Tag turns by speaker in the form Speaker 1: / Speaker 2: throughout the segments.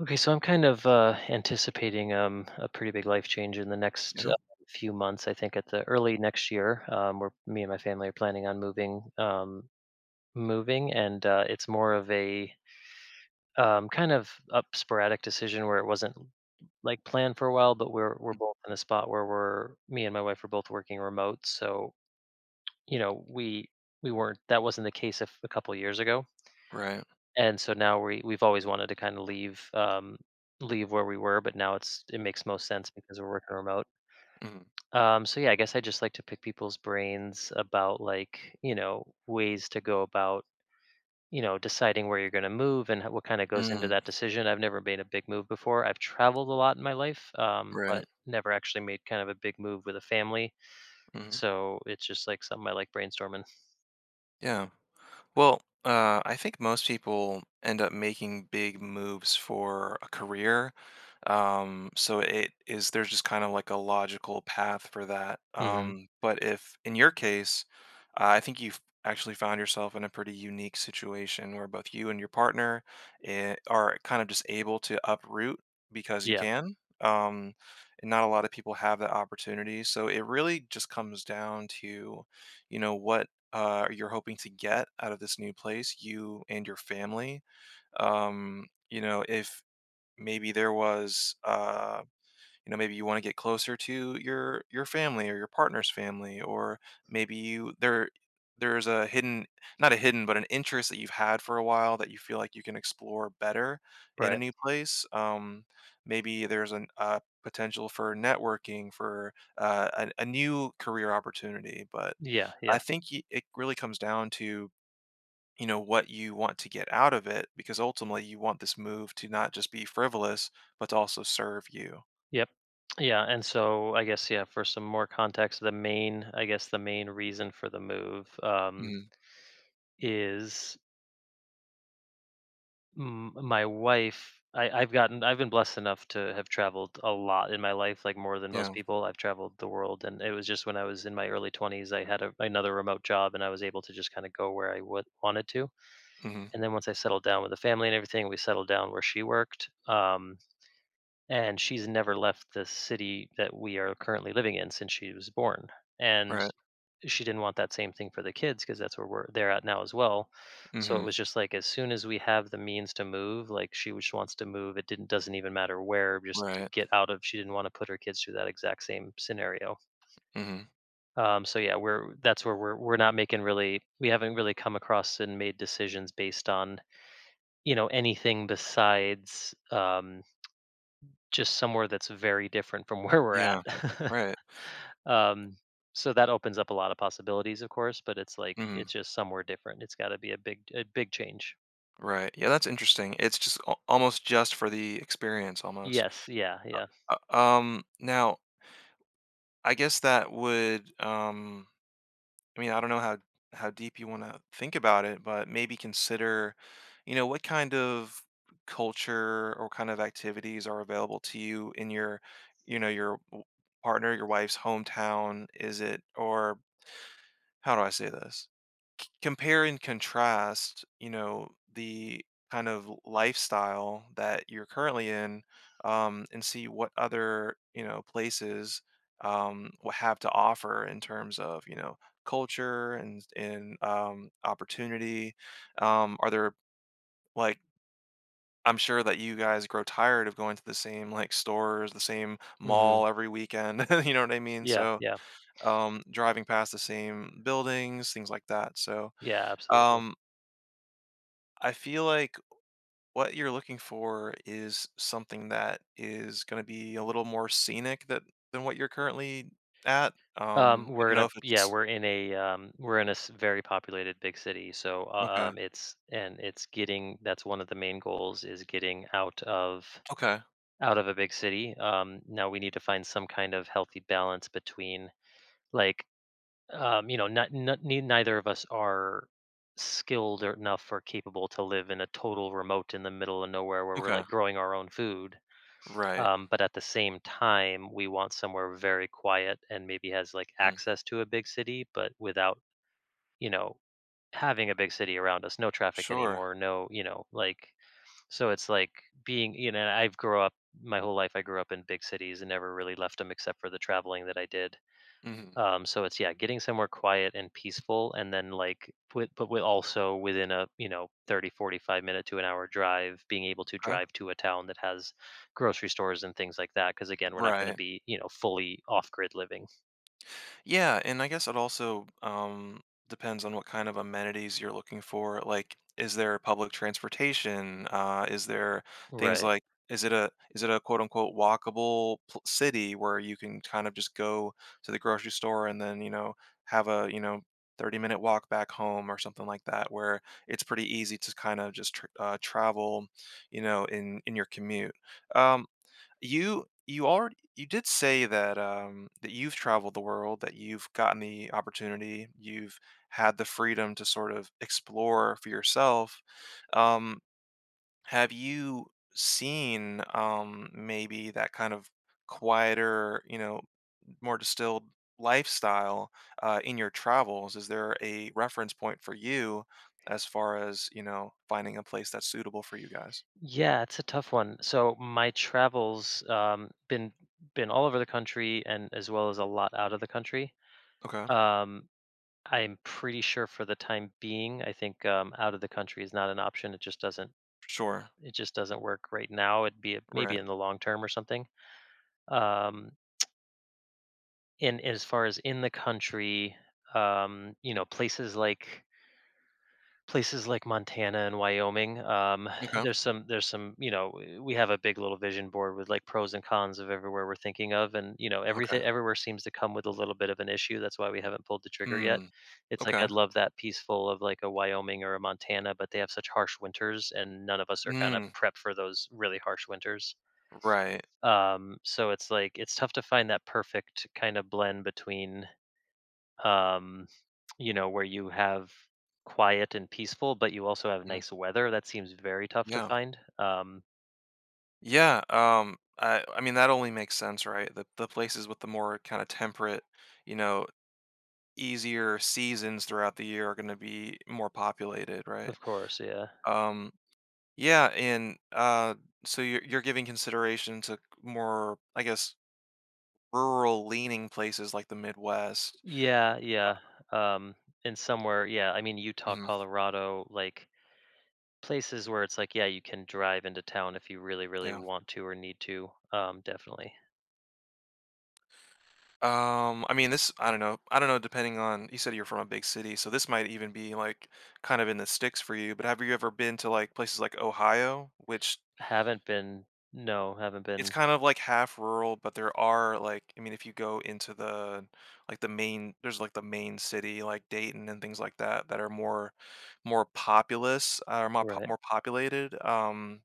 Speaker 1: Okay, so I'm kind of anticipating a pretty big life change in the next
Speaker 2: Yeah.
Speaker 1: few months. I think at the early next year, where me and my family are planning on moving, and it's more of a kind of up sporadic decision where it wasn't like planned for a while, but we're
Speaker 2: Mm.
Speaker 1: both in a spot where we're me and my wife are both working remote, so you know we we weren't that wasn't the case if a couple years ago.
Speaker 2: Right.
Speaker 1: And so now we've always wanted to kind of leave, leave where we were, but now it makes most sense because we're working remote.
Speaker 2: Mm,
Speaker 1: So yeah, I guess I just like to pick people's brains about like ways to go about deciding where you're going to move and what kind of goes into
Speaker 2: mm,
Speaker 1: that decision. I've never made a big move before. I've traveled a lot in my life, but
Speaker 2: right.
Speaker 1: never actually made kind of a big move with a family.
Speaker 2: Hmm.
Speaker 1: So it's just like something I like brainstorming.
Speaker 2: Yeah. Well, I think most people end up making big moves for a career. So it is there's just kind of like a logical path for that.
Speaker 1: Hmm.
Speaker 2: But if in your case, I think you've actually found yourself in a pretty unique situation where both you and your partner are kind of just able to uproot because you
Speaker 1: Yeah.
Speaker 2: can. And not a lot of people have that opportunity. So it really just comes down to, what you're hoping to get out of this new place, you and your family. If maybe there was maybe you want to get closer to your family, or your partner's family, or maybe you there there's a hidden, not a hidden but an interest that you've had for a while that you feel like you can explore better in a
Speaker 1: Right.
Speaker 2: new place. Maybe there's an potential for networking for a new career opportunity, but
Speaker 1: Yeah.
Speaker 2: i
Speaker 1: Yeah.
Speaker 2: think y- it really comes down to what you want to get out of it, because ultimately you want this move to not just be frivolous but to also serve you.
Speaker 1: Yep. Yeah, and so I guess yeah, for some more context, the main I guess the main reason for the move,
Speaker 2: Mm.
Speaker 1: is my wife. I, I've gotten I've been blessed enough to have traveled a lot in my life, like more than most
Speaker 2: Yeah.
Speaker 1: people. I've traveled the world, and it was just when I was in my early twenties, I had another remote job, and I was able to just kind of go where I would wanted to.
Speaker 2: Hmm.
Speaker 1: And then once I settled down with the family and everything, we settled down where she worked. And she's never left the city that we are currently living in since she was born. And
Speaker 2: Right.
Speaker 1: she didn't want that same thing for the kids because that's where we're they're at now as well. So it
Speaker 2: Hmm.
Speaker 1: was just like as soon as we have the means to move, like she just wants to move. It didn't doesn't even matter where, just to
Speaker 2: Right.
Speaker 1: get out of. She didn't want to put her kids through that exact same scenario.
Speaker 2: Hmm.
Speaker 1: So yeah, we're that's where we haven't really come across and made decisions based on anything besides, just somewhere that's very different from where we're at.
Speaker 2: Yeah. Right.
Speaker 1: Um, so that opens up a lot of possibilities, of course, but it's like
Speaker 2: Hmm.
Speaker 1: it's just somewhere different. It's gotta be a big change.
Speaker 2: Right. Yeah, that's interesting. It's just almost just for the experience, almost.
Speaker 1: Yes, yeah, yeah.
Speaker 2: Now I guess that would I mean, I don't know how deep you want to think about it, but maybe consider, what kind of culture or kind of activities are available to you in your, your partner, your wife's hometown. Is it, or how do I say this? Compare and contrast, the kind of lifestyle that you're currently in, and see what other, places will have to offer in terms of, culture and opportunity. Are there like I'm sure that you guys grow tired of going to the same, like, stores, the same
Speaker 1: Mhm.
Speaker 2: mall every weekend. You know what I mean?
Speaker 1: Yeah,
Speaker 2: So
Speaker 1: yeah.
Speaker 2: driving past the same buildings, things like that. So
Speaker 1: Yeah, absolutely.
Speaker 2: um, I feel like what you're looking for is something that is going to be a little more scenic that than what you're currently at. I
Speaker 1: We're
Speaker 2: don't
Speaker 1: in
Speaker 2: know
Speaker 1: a
Speaker 2: if
Speaker 1: Yeah,
Speaker 2: it's.
Speaker 1: we're in a s very populated big city, so, u
Speaker 2: Okay.
Speaker 1: it's and it's getting that's one of the main goals is getting
Speaker 2: Okay.
Speaker 1: out of a big city. Now we need to find some kind of healthy balance between, like, not, neither of us are skilled or enough or capable to live in a total remote in the middle of nowhere where we're
Speaker 2: Okay.
Speaker 1: like growing our own food.
Speaker 2: Right.
Speaker 1: But at the same time, we want somewhere very quiet and maybe has like
Speaker 2: Mhm.
Speaker 1: access to a big city, but without, you know, having a big city around us, no traffic
Speaker 2: Sure.
Speaker 1: anymore, no, like, so it's like being, I've grown up my whole life, I grew up in big cities and never really left them except for the traveling that I did,
Speaker 2: Mhm.
Speaker 1: so it's yeah, getting somewhere quiet and peaceful, and then like with but with also within a, 30 to 45 minute to an hour drive, being able to
Speaker 2: Okay.
Speaker 1: drive to a town that has grocery stores and things like that because again, we're not going to
Speaker 2: Right.
Speaker 1: be, fully off-grid living.
Speaker 2: Yeah, and I guess it also depends on what kind of amenities you're looking for. Like, is there public transportation? Is there things
Speaker 1: Right.
Speaker 2: like is it a is it a quote unquote walkable city where you can kind of just go to the grocery store, and then have a 30-minute walk back home or something like that, where it's pretty easy to kind of just travel, in your commute. Um, you already you did say that, that you've traveled the world, that you've gotten the opportunity, you've had the freedom to sort of explore for yourself. Um, have you seen, maybe that kind of quieter, more distilled lifestyle, in your travels? Is there a reference point for you as far as, finding a place that's suitable for you guys?
Speaker 1: Yeah, it's a tough one. So my travels been all over the country and as well as a lot out of the country.
Speaker 2: Okay.
Speaker 1: Um I'm pretty sure for the time being, I think out of the country is not an option.
Speaker 2: Sure.
Speaker 1: It just doesn't work right now. It'd be maybe
Speaker 2: Right.
Speaker 1: in the long term or something. Um, and as far as in the country, places like Montana and Wyoming,
Speaker 2: Okay.
Speaker 1: there's some we have a big little vision board with like pros and cons of everywhere we're thinking of, and
Speaker 2: Okay.
Speaker 1: everything everywhere seems to come with a little bit of an issue. That's why we haven't pulled the trigger yet.
Speaker 2: Mm,
Speaker 1: It's like
Speaker 2: okay.
Speaker 1: I'd love that peaceful of like a Wyoming or a Montana, but they have such harsh winters, and none of us are kind of
Speaker 2: Mm,
Speaker 1: prepped for those really harsh winters.
Speaker 2: right.
Speaker 1: So it's like it's tough to find that perfect kind of blend between, um, where you have quiet and peaceful, but you also have
Speaker 2: Mm,
Speaker 1: nice weather. That seems very tough to
Speaker 2: yeah.
Speaker 1: find. Um,
Speaker 2: Yeah, I mean, that only makes sense, right? The places with the more kind of temperate, you know, easier seasons throughout the year are gonna be more populated, right?
Speaker 1: of course, yeah.
Speaker 2: Um, yeah, and so you're giving consideration to more, I guess, rural leaning places like the Midwest.
Speaker 1: Yeah, yeah. Um, and somewhere, yeah, I mean Utah,
Speaker 2: Mhm,
Speaker 1: Colorado, like places where it's like, yeah, you can drive into town if you really, really
Speaker 2: yeah.
Speaker 1: want to or need to. Definitely.
Speaker 2: I mean, this I don't know. I don't know, depending on, you said you're from a big city, so this might even be like kind of in the sticks for you, but have you ever been to, like, places like Ohio, which
Speaker 1: Haven't been, no, haven't
Speaker 2: it's
Speaker 1: been.
Speaker 2: kind of like half rural, but there are like I mean, if you go into the, like, the main, there's like the main city like Dayton and things like that, that are more populous, or more
Speaker 1: Right,
Speaker 2: populated. Um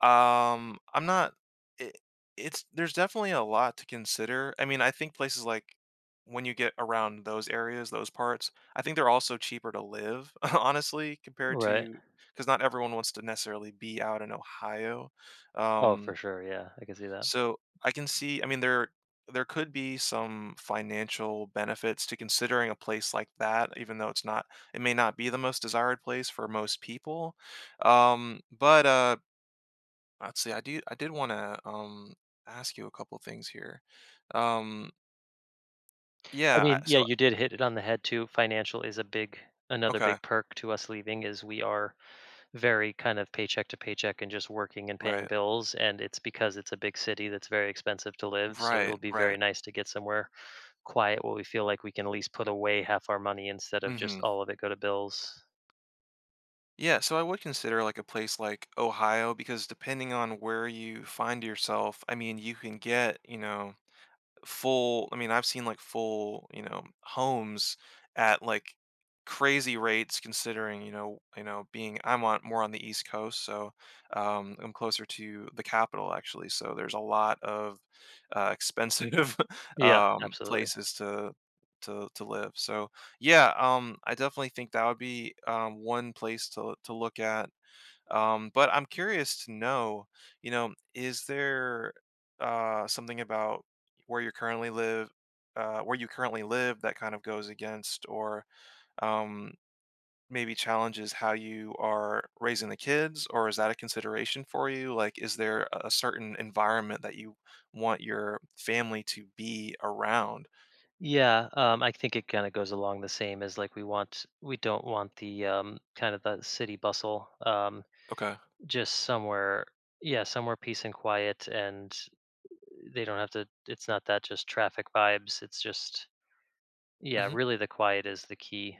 Speaker 2: um, I'm not it it's there's definitely a lot to consider. I mean, I think places like when you get around those areas, those parts, I think they're also cheaper to live, honestly, compared
Speaker 1: right.
Speaker 2: to because not everyone wants to necessarily be out in Ohio.
Speaker 1: Oh, for
Speaker 2: Um,
Speaker 1: sure. Yeah, I can see that.
Speaker 2: so I can see, I mean, there could be some financial benefits to considering a place like that, even though it's not, it may not be the most desired place for most people. But Let's see. I do. I did want to ask you a couple things here. Um,
Speaker 1: I
Speaker 2: yeah.
Speaker 1: mean, yeah,
Speaker 2: So
Speaker 1: you did hit it on the head too. Financial is a big another
Speaker 2: okay,
Speaker 1: big perk to us leaving is we are very kind of paycheck to paycheck and just working and paying
Speaker 2: right,
Speaker 1: bills, and it's because it's a big city that's very expensive to live, so
Speaker 2: right,
Speaker 1: it'll be
Speaker 2: right.
Speaker 1: very nice to get somewhere quiet where we feel like we can at least put away half our money instead of just
Speaker 2: Mm-hmm.
Speaker 1: all of it go to bills.
Speaker 2: Yeah. So I would consider like a place like Ohio, because depending on where you find yourself, I mean, you can get, full, I mean, I've seen, like, full, homes at, like, crazy rates considering, being I'm on more on the East Coast, so, I'm closer to the capital, actually, so there's a lot of, expensive,
Speaker 1: Yeah, absolutely.
Speaker 2: places to live, so, yeah, I definitely think that would be, one place to look at, but I'm curious to know, is there something about where you currently live, that kind of goes against, or um, maybe challenges how you are raising the kids, or is that a consideration for you? Like, is there a certain environment that you want your family to be around?
Speaker 1: Yeah, I think it kind of goes along the same as like we don't want the kind of the city bustle. Um,
Speaker 2: Okay.
Speaker 1: just somewhere peace and quiet, and they don't have to, it's not that, just traffic vibes, it's just, yeah,
Speaker 2: Hmm.
Speaker 1: really the quiet is the key.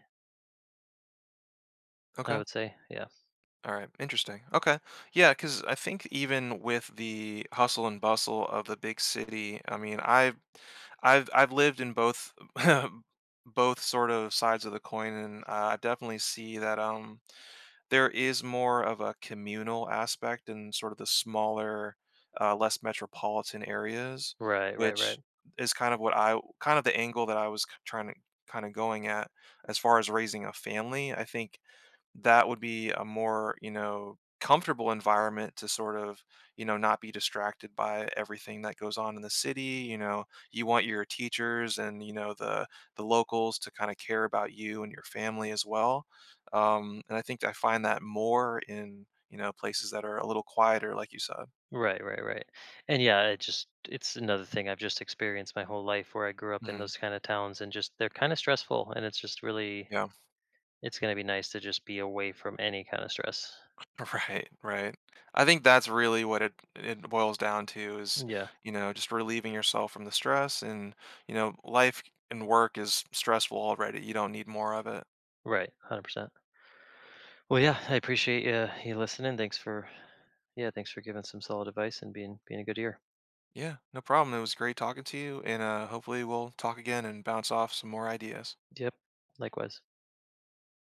Speaker 1: I
Speaker 2: Okay.
Speaker 1: would say. Yeah.
Speaker 2: All right, interesting. Okay. Yeah, cuz I think even with the hustle and bustle of the big city, I mean, I've lived in both both sort of sides of the coin, and I definitely see that there is more of a communal aspect in sort of the smaller, less metropolitan areas,
Speaker 1: Right, right, right,
Speaker 2: which is kind of what I kind of the angle that I was trying to kind of going at as far as raising a family. I think that would be a more, comfortable environment to sort of, not be distracted by everything that goes on in the city, you want your teachers and, the locals to kind of care about you and your family as well. And I think I find that more in, places that are a little quieter, like you said.
Speaker 1: right, right, right. And yeah, it's another thing I've just experienced my whole life where I grew up in
Speaker 2: Mhm.
Speaker 1: those kind of towns, and just they're kind of stressful, and it's just really
Speaker 2: Yeah.
Speaker 1: it's going to be nice to just be away from any kind of stress.
Speaker 2: Right, right. I think that's really what it boils down to is,
Speaker 1: Yeah.
Speaker 2: just relieving yourself from the stress, and, life and work is stressful already. You don't need more of it.
Speaker 1: Right. 100%. Well, yeah, I appreciate you listening. Yeah, thanks for giving some solid advice and being a good ear.
Speaker 2: Yeah, no problem. It was great talking to you, and hopefully we'll talk again and bounce off some more ideas.
Speaker 1: Yep, likewise.